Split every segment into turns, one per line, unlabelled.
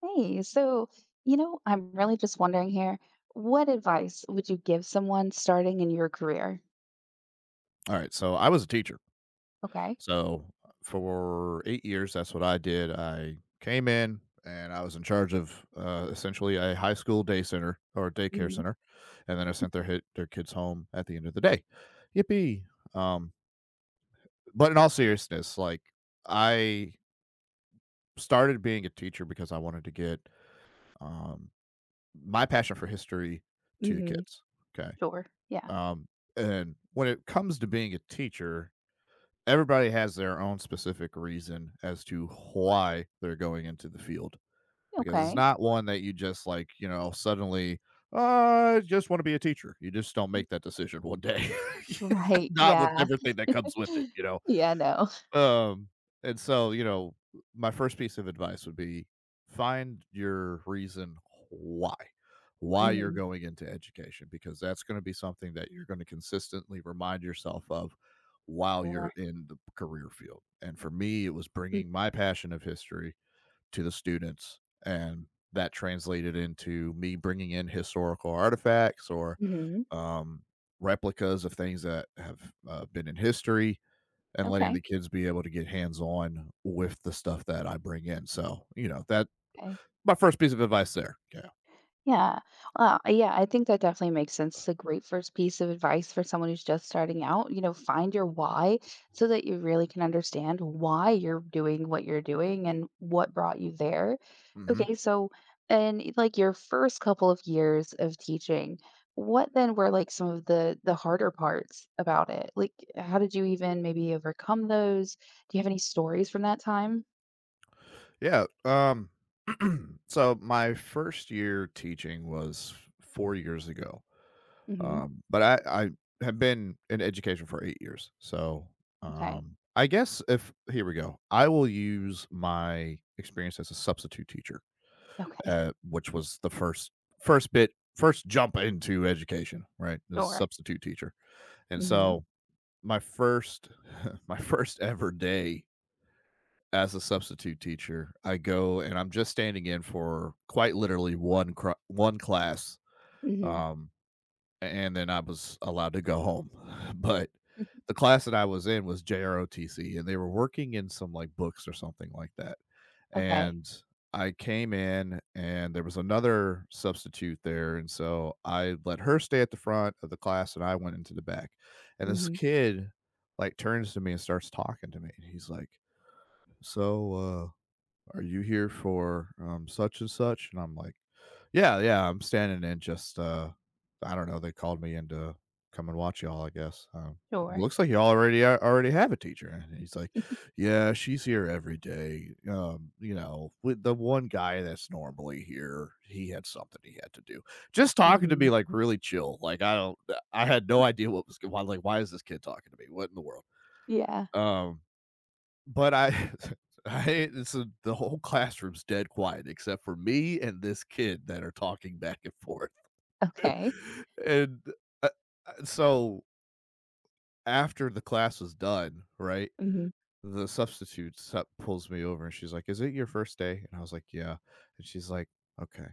Hey, so, I'm really just wondering here, what advice would you give someone starting in your career?
All right, so I was a teacher.
Okay.
So for 8 years, that's what I did. I came in and I was in charge of, essentially a high school day center or daycare
Hmm.
center, and then I sent their kids home at the end of the day. Yippee. Um, but in all seriousness, like, I started being a teacher because I wanted to get, um, my passion for history to the
Hmm.
kids, 'kay?
Sure. Yeah.
Um, and when it comes to being a teacher, everybody has their own specific reason as to why they're going into the field because it's
Okay.
not one that you just like you know suddenly I just want to be a teacher. You just don't make that decision one day.
Right.
Not with
Yeah.
everything that comes with it, you know.
Yeah, no.
Um, and so, you know, my first piece of advice would be find your reason why. Why you're
Hmm.
going into education, because that's going to be something that you're going to consistently remind yourself of while you're
Sure.
in the career field. And for me, it was bringing my passion of history to the students. And that translated into me bringing in historical artifacts or
Hmm.
um, replicas of things that have been in history and letting the
Okay.
kids be able to get hands on with the stuff that I bring in. So, you know, that
Okay.
my first piece of advice there. Yeah.
Yeah. Well, yeah, I think that definitely makes sense. It's a great first piece of advice for someone who's just starting out. Find your why so that you really can understand why you're doing what you're doing and what brought you there.
Mhm.
Okay, so in like your first couple of years of teaching, what then were like some of the harder parts about it? Like how did you even maybe overcome those? Do you have any stories from that time?
Yeah, so my first year teaching was 4 years ago.
Hmm.
But I have been in education for 8 years, so,
Okay.
I guess if here we go. I will use my experience as a substitute teacher,
Okay.
which was the first jump into education, right, as a
Sure.
substitute teacher, and
Mhm.
so my first my first ever day as a substitute teacher, I go and I'm just standing in for quite literally one class,
Mhm.
um, and then I was allowed to go home. But the class that I was in was JROTC, and they were working in some like books or something like that.
Okay.
And I came in, and there was another substitute there, and so I let her stay at the front of the class, and I went into the back. And this
Mhm.
kid like turns to me and starts talking to me, and he's like, "So, are you here for such and such," and I'm like, "Yeah, yeah, I'm standing in, just I don't know, they called me in to come and watch y'all, I guess.
Sure.
Looks like you already already have a teacher." And he's like, "Yeah, she's here every day. You know, with the one guy that's normally here, he had something he had to do," just talking to me
Mhm.
like really chill, like I don't I had no idea what was going on, like why is this kid talking to me, what in the world.
Yeah.
um but I I this is the whole classroom's dead quiet except for me and this kid that are talking back and forth.
Okay.
And, uh, so after the class was done, right,
Mhm.
the substitute sup pulls me over and she's like, "Is it your first day?" And I was like, "Yeah." And she's like, "Okay.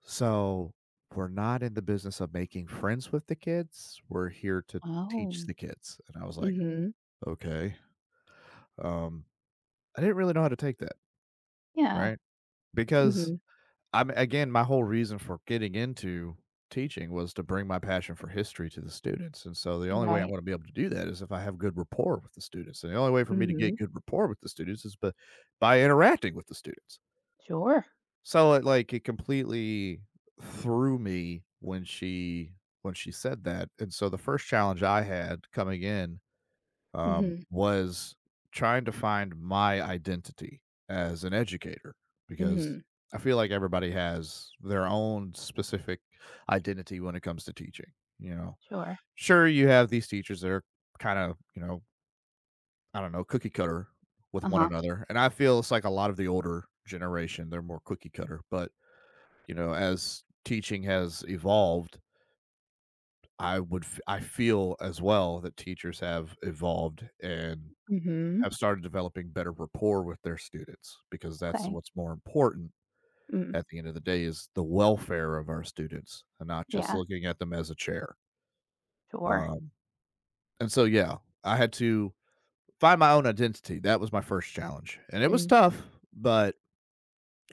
So we're not in the business of making friends with the kids. We're here to teach
Oh.
the kids." And I was like,
Mhm.
"Okay." Um, I didn't really know how to take that,
Yeah.
right? Because
Mhm.
I'm again, my whole reason for getting into teaching was to bring my passion for history to the students, and so the only way I'm
Right.
gonna be able to do that is if I have good rapport with the students, and the only way for me to get
Mhm.
good rapport with the students is by interacting with the students.
Sure.
So, it, like, it completely threw me when she said that, and so the first challenge I had coming in
Mhm.
was trying to find my identity as an educator because
Mhm.
I feel like everybody has their own specific identity when it comes to teaching. You know,
Sure.
sure, you have these teachers that are kind of, you know, I don't know, cookie cutter with one
Uh-huh.
another. And I feel it's like a lot of the older generation, they're more cookie cutter. But, you know, as teaching has evolved, I would, I feel as well that teachers have evolved and
Mhm.
have started developing better rapport with their students because that's
Okay.
what's more important
Mm.
at the end of the day is the welfare of our students and not just
Yeah.
looking at them as a chair.
Sure.
Um, and so, yeah, I had to find my own identity. That was my first challenge, and it was
Mm.
tough. But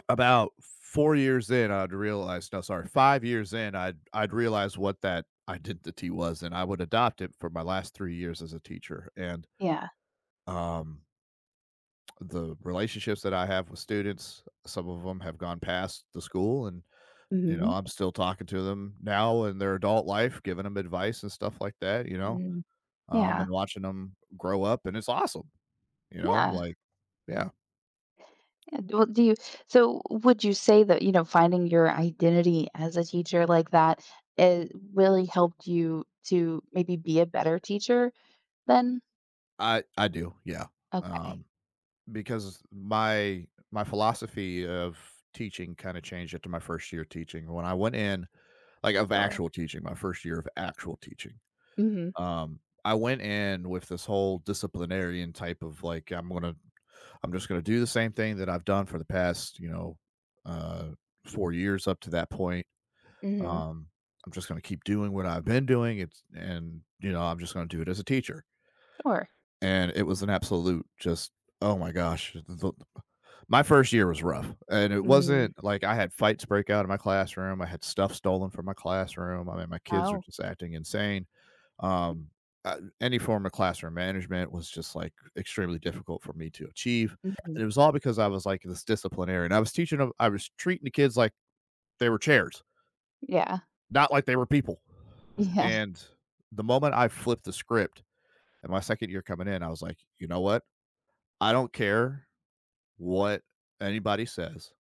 about 4 years in, I'd realized no, sorry, 5 years in, I'd realized what that identity was, and I would adopt it for my last 3 years as a teacher. And
Yeah.
um, the relationships that I have with students, some of them have gone past the school, and you know,
Mhm.
I'm still talking to them now in their adult life, giving them advice and stuff like that, you know,
Mm. Yeah.
and watching them grow up, and it's awesome, you know,
Yeah.
like, yeah,
Yeah. Well, so would you say that, finding your identity as a teacher like that it really helped you to maybe be a better teacher then?
I do. Yeah.
Okay.
Um, because my philosophy of teaching kind of changed after my first year teaching. When I went in, like of
Sure.
actual teaching, my first year of actual teaching,
Mhm,
Um, I went in with this whole disciplinarian type of like, I'm just gonna do the same thing that I've done for the past, you know, uh, 4 years up to that point.
mhm.
Um, I'm just gonna keep doing what I've been doing. It's and You know, I'm just gonna do it as a teacher,
Sure.
and it was an absolute just oh my gosh. My first year was rough, and it
Mm.
wasn't like I had fights break out in my classroom. I had stuff stolen from my classroom. I mean, my kids were
Oh.
just acting insane. Um, any form of classroom management was just like extremely difficult for me to achieve.
Mhm.
And it was all because I was like this disciplinarian. I was teaching them, I was treating the kids like they were chairs,
Yeah.
not like they were people.
Yeah.
And the moment I flipped the script in my second year coming in, I was like, you know what? I don't care what anybody says,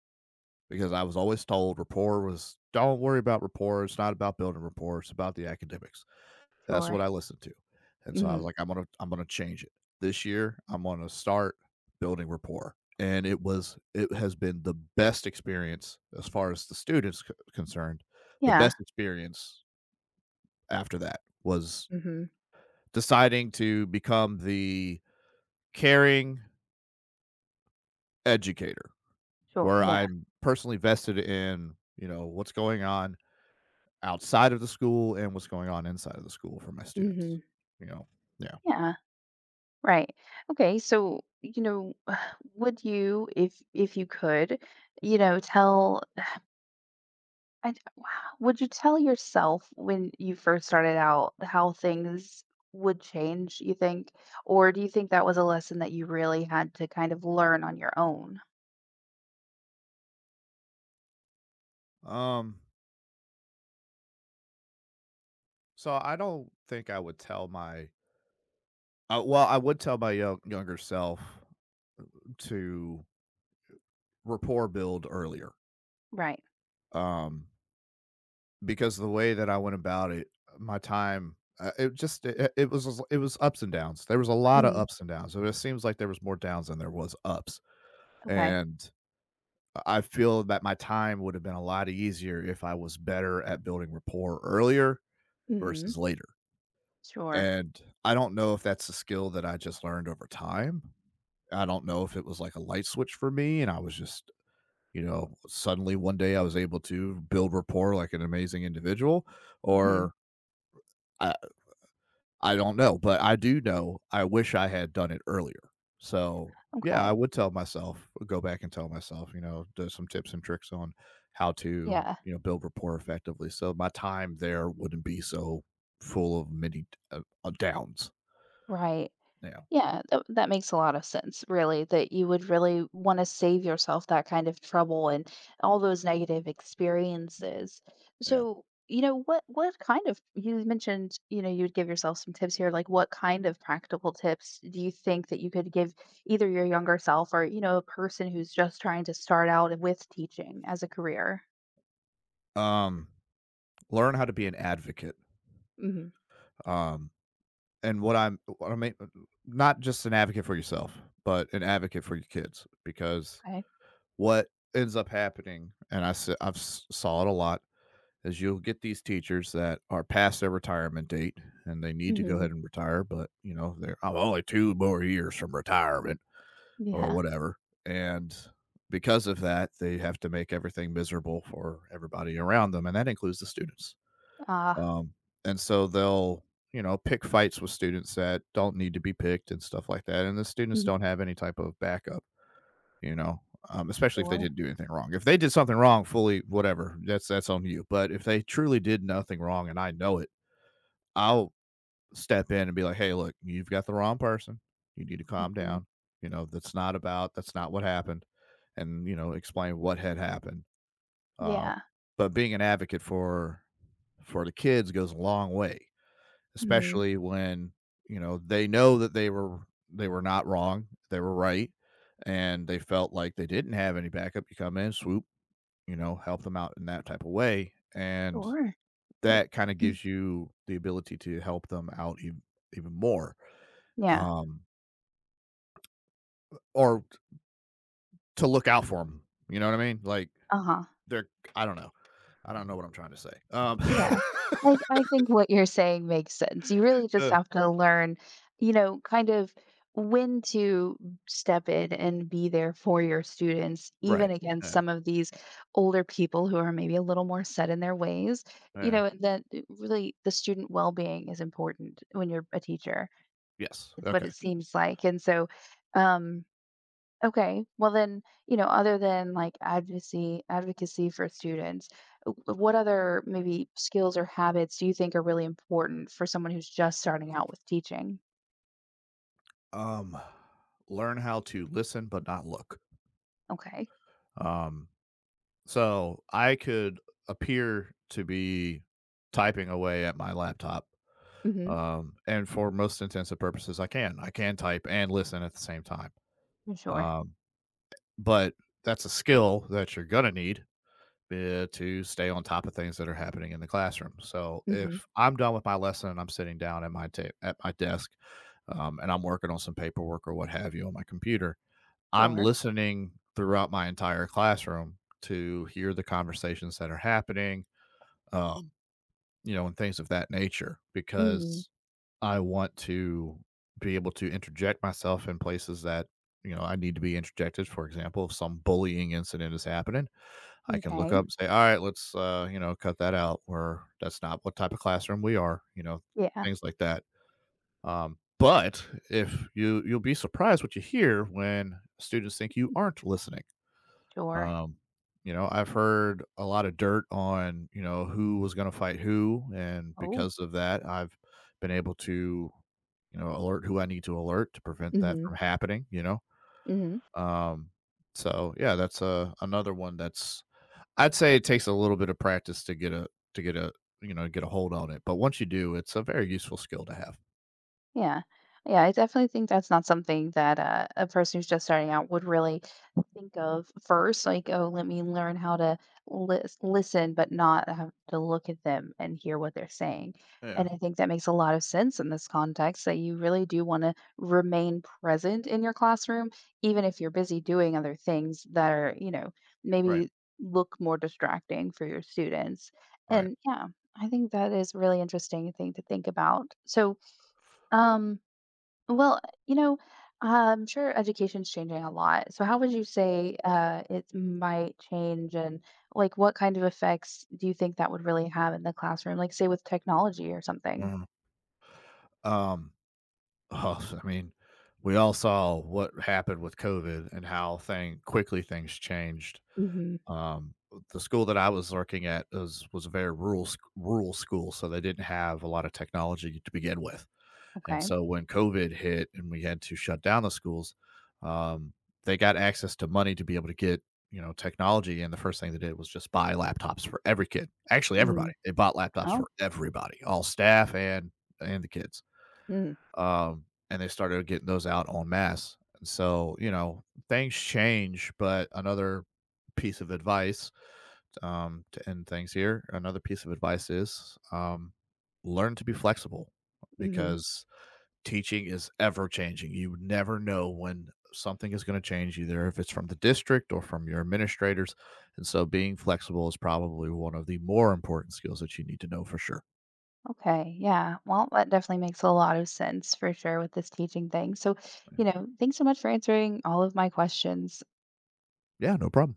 because I was always told rapport was don't worry about rapport. It's not about building rapport. It's about the academics. That's
Sure.
what I listened to. And so I was
Mhm.
like, I'm gonna change it. This year I'm gonna start building rapport. And it was it has been the best experience as far as the students concerned. The
Yeah.
best experience after that was
Mhm.
deciding to become the caring educator
Sure,
where
yeah.
I'm personally vested in, you know, what's going on outside of the school and what's going on inside of the school for my students.
Mhm.
You know, yeah.
Yeah, right. Okay, so, would you, if you could, tell I d would you tell yourself when you first started out how things would change, you think? Or do you think that was a lesson that you really had to kind of learn on your own?
Um, so I don't think I would tell my well, I would tell my younger self to rapport build earlier.
Right.
Um, because the way that I went about it, my time it just it was ups and downs. There was a lot of
Mhm.
ups and downs. So it seems like there was more downs than there was ups.
Okay.
And I feel that my time would have been a lot easier if I was better at building rapport earlier
Mhm.
versus later.
Sure.
And I don't know if that's a skill that I just learned over time. I don't know if it was like a light switch for me and I was just, you know, suddenly one day I was able to build rapport like an amazing individual
Mhm.
or I, I don't know, but I do know I wish I had done it earlier. So, yeah, I
Okay.
would tell myself, go back and tell myself, you know, do some tips and tricks on how to,
Yeah.
you know, build rapport effectively, so my time there wouldn't be so full of many downs.
Right.
Yeah.
Yeah. That makes a lot of sense, really, that you would really want to save yourself that kind of trouble and all those negative experiences.
Yeah.
So, what kind of, you mentioned, you'd give yourself some tips here. Like, what kind of practical tips do you think that you could give either your younger self or, a person who's just trying to start out with teaching as a career?
Um, Learn how to be an advocate.
Hmm.
Um, and what what I mean, not just an advocate for yourself, but an advocate for your kids, because
Okay.
what ends up happening, and I s- I've s- saw it a lot, is you'll get these teachers that are past their retirement date and they need to go ahead
Hmm.
and retire, but you know, they're I'm only 2 more years from retirement or
Yeah.
whatever. And because of that, they have to make everything miserable for everybody around them, and that includes the students.
Ah,
Um, and so they'll, you know, pick fights with students that don't need to be picked and stuff like that. And the students
hmm,
don't have any type of backup you know, especially if they
sure.
didn't do anything wrong. If they did something wrong, fully whatever, that's on you. But if they truly did nothing wrong and I know it, I'll step in and be like, hey, look, you've got the wrong person. You need to calm
Hmm.
down. You know, that's not what happened, and explain what had happened. Um,
Yeah.
but being an advocate for the kids goes a long way
Mhm.
especially when, they know that they were not wrong, they were right, and they felt like they didn't have any backup. You come in, swoop, help them out in that type of way, and
Sure.
that kind of
Mm.
gives you the ability to help them out even more,
Yeah,
um, or to look out for them. You know what I mean? Like
uh-huh.
they're, I don't know, I don't know what I'm trying to say.
Yeah. I I think what you're saying makes sense. You really just
Uh,
have to learn, kind of when to step in and be there for your students,
right?
even against
Yeah.
some of these older people who are maybe a little more set in their ways.
Yeah.
And that it really the student well-being is important when you're a teacher,
Yes.
is what
Okay.
it seems like. And so, um okay. Well then, other than like advocacy for students, what other maybe skills or habits do you think are really important for someone who's just starting out with teaching?
Um, Learn how to listen but not look.
Okay.
Um, so I could appear to be typing away at my laptop.
Mhm.
And for most intents and purposes, I can. I can type and listen at the same time.
Sure.
Um, but that's a skill that you're going to need to stay on top of things that are happening in the classroom. So if
Mhm.
I'm done with my lesson and I'm sitting down at my at my desk and I'm working on some paperwork or what have you on my computer, I'm
Sure.
listening throughout my entire classroom to hear the conversations that are happening, um, you know, and things of that nature
Mm-hmm.
because I want to be able to interject myself in places that, you know, I need to be interjected. For example, if some bullying incident is happening, I can look
Okay.
up and say, all right, let's, you know, cut that out, or that's not what type of classroom we are, you know,
Yeah.
things like that. But if you'll be surprised what you hear when students think you aren't listening,
Sure.
um, you know, I've heard a lot of dirt on, you know, who was going to fight who. And
Oh.
because of that, I've been able to, alert who I need to alert to prevent that
Mm-hmm.
from happening, you know?
Mm-hmm.
Um, so yeah, that's another one that's, I'd say it takes a little bit of practice to to get a, get a hold on it. But once you do, it's a very useful skill to have.
Yeah. Yeah, I definitely think that's not something that a person who's just starting out would really think of first. Like, oh, let me learn how to listen, but not have to look at them and hear what they're saying.
Yeah.
And I think that makes a lot of sense in this context that you really do want to remain present in your classroom, even if you're busy doing other things that are,
Right.
maybe look more distracting for your students.
Right.
And yeah, I think that is really interesting thing to think about. So, um, well, you know, I'm sure education's changing a lot. So how would you say it might change and like what kind of effects do you think that would really have in the classroom? Like say with technology or something.
Mhm. Um, oh, so, I mean, we all saw what happened with COVID and how thing quickly things changed.
Mm-hmm.
Um, the school that I was working at was a very rural rural school, so they didn't have a lot of technology to begin with. And
Okay.
so when COVID hit and we had to shut down the schools, um, they got access to money to be able to get, you know, technology. And the first thing they did was just buy laptops for every kid. Actually, everybody.
Mm.
They bought laptops for
Oh.
everybody, all staff and the kids.
Mm.
Um, and they started getting those out en masse. And so, you know, things change, but another piece of advice, to end things here. Another piece of advice is learn to be flexible
Hmm.
because teaching is ever changing. You never know when something is going to change, either if it's from the district or from your administrators. And so being flexible is probably one of the more important skills that you need to know for sure.
Okay. Yeah. Well, that definitely makes a lot of sense for sure with this teaching thing. So, thanks so much for answering all of my questions.
Yeah, no problem.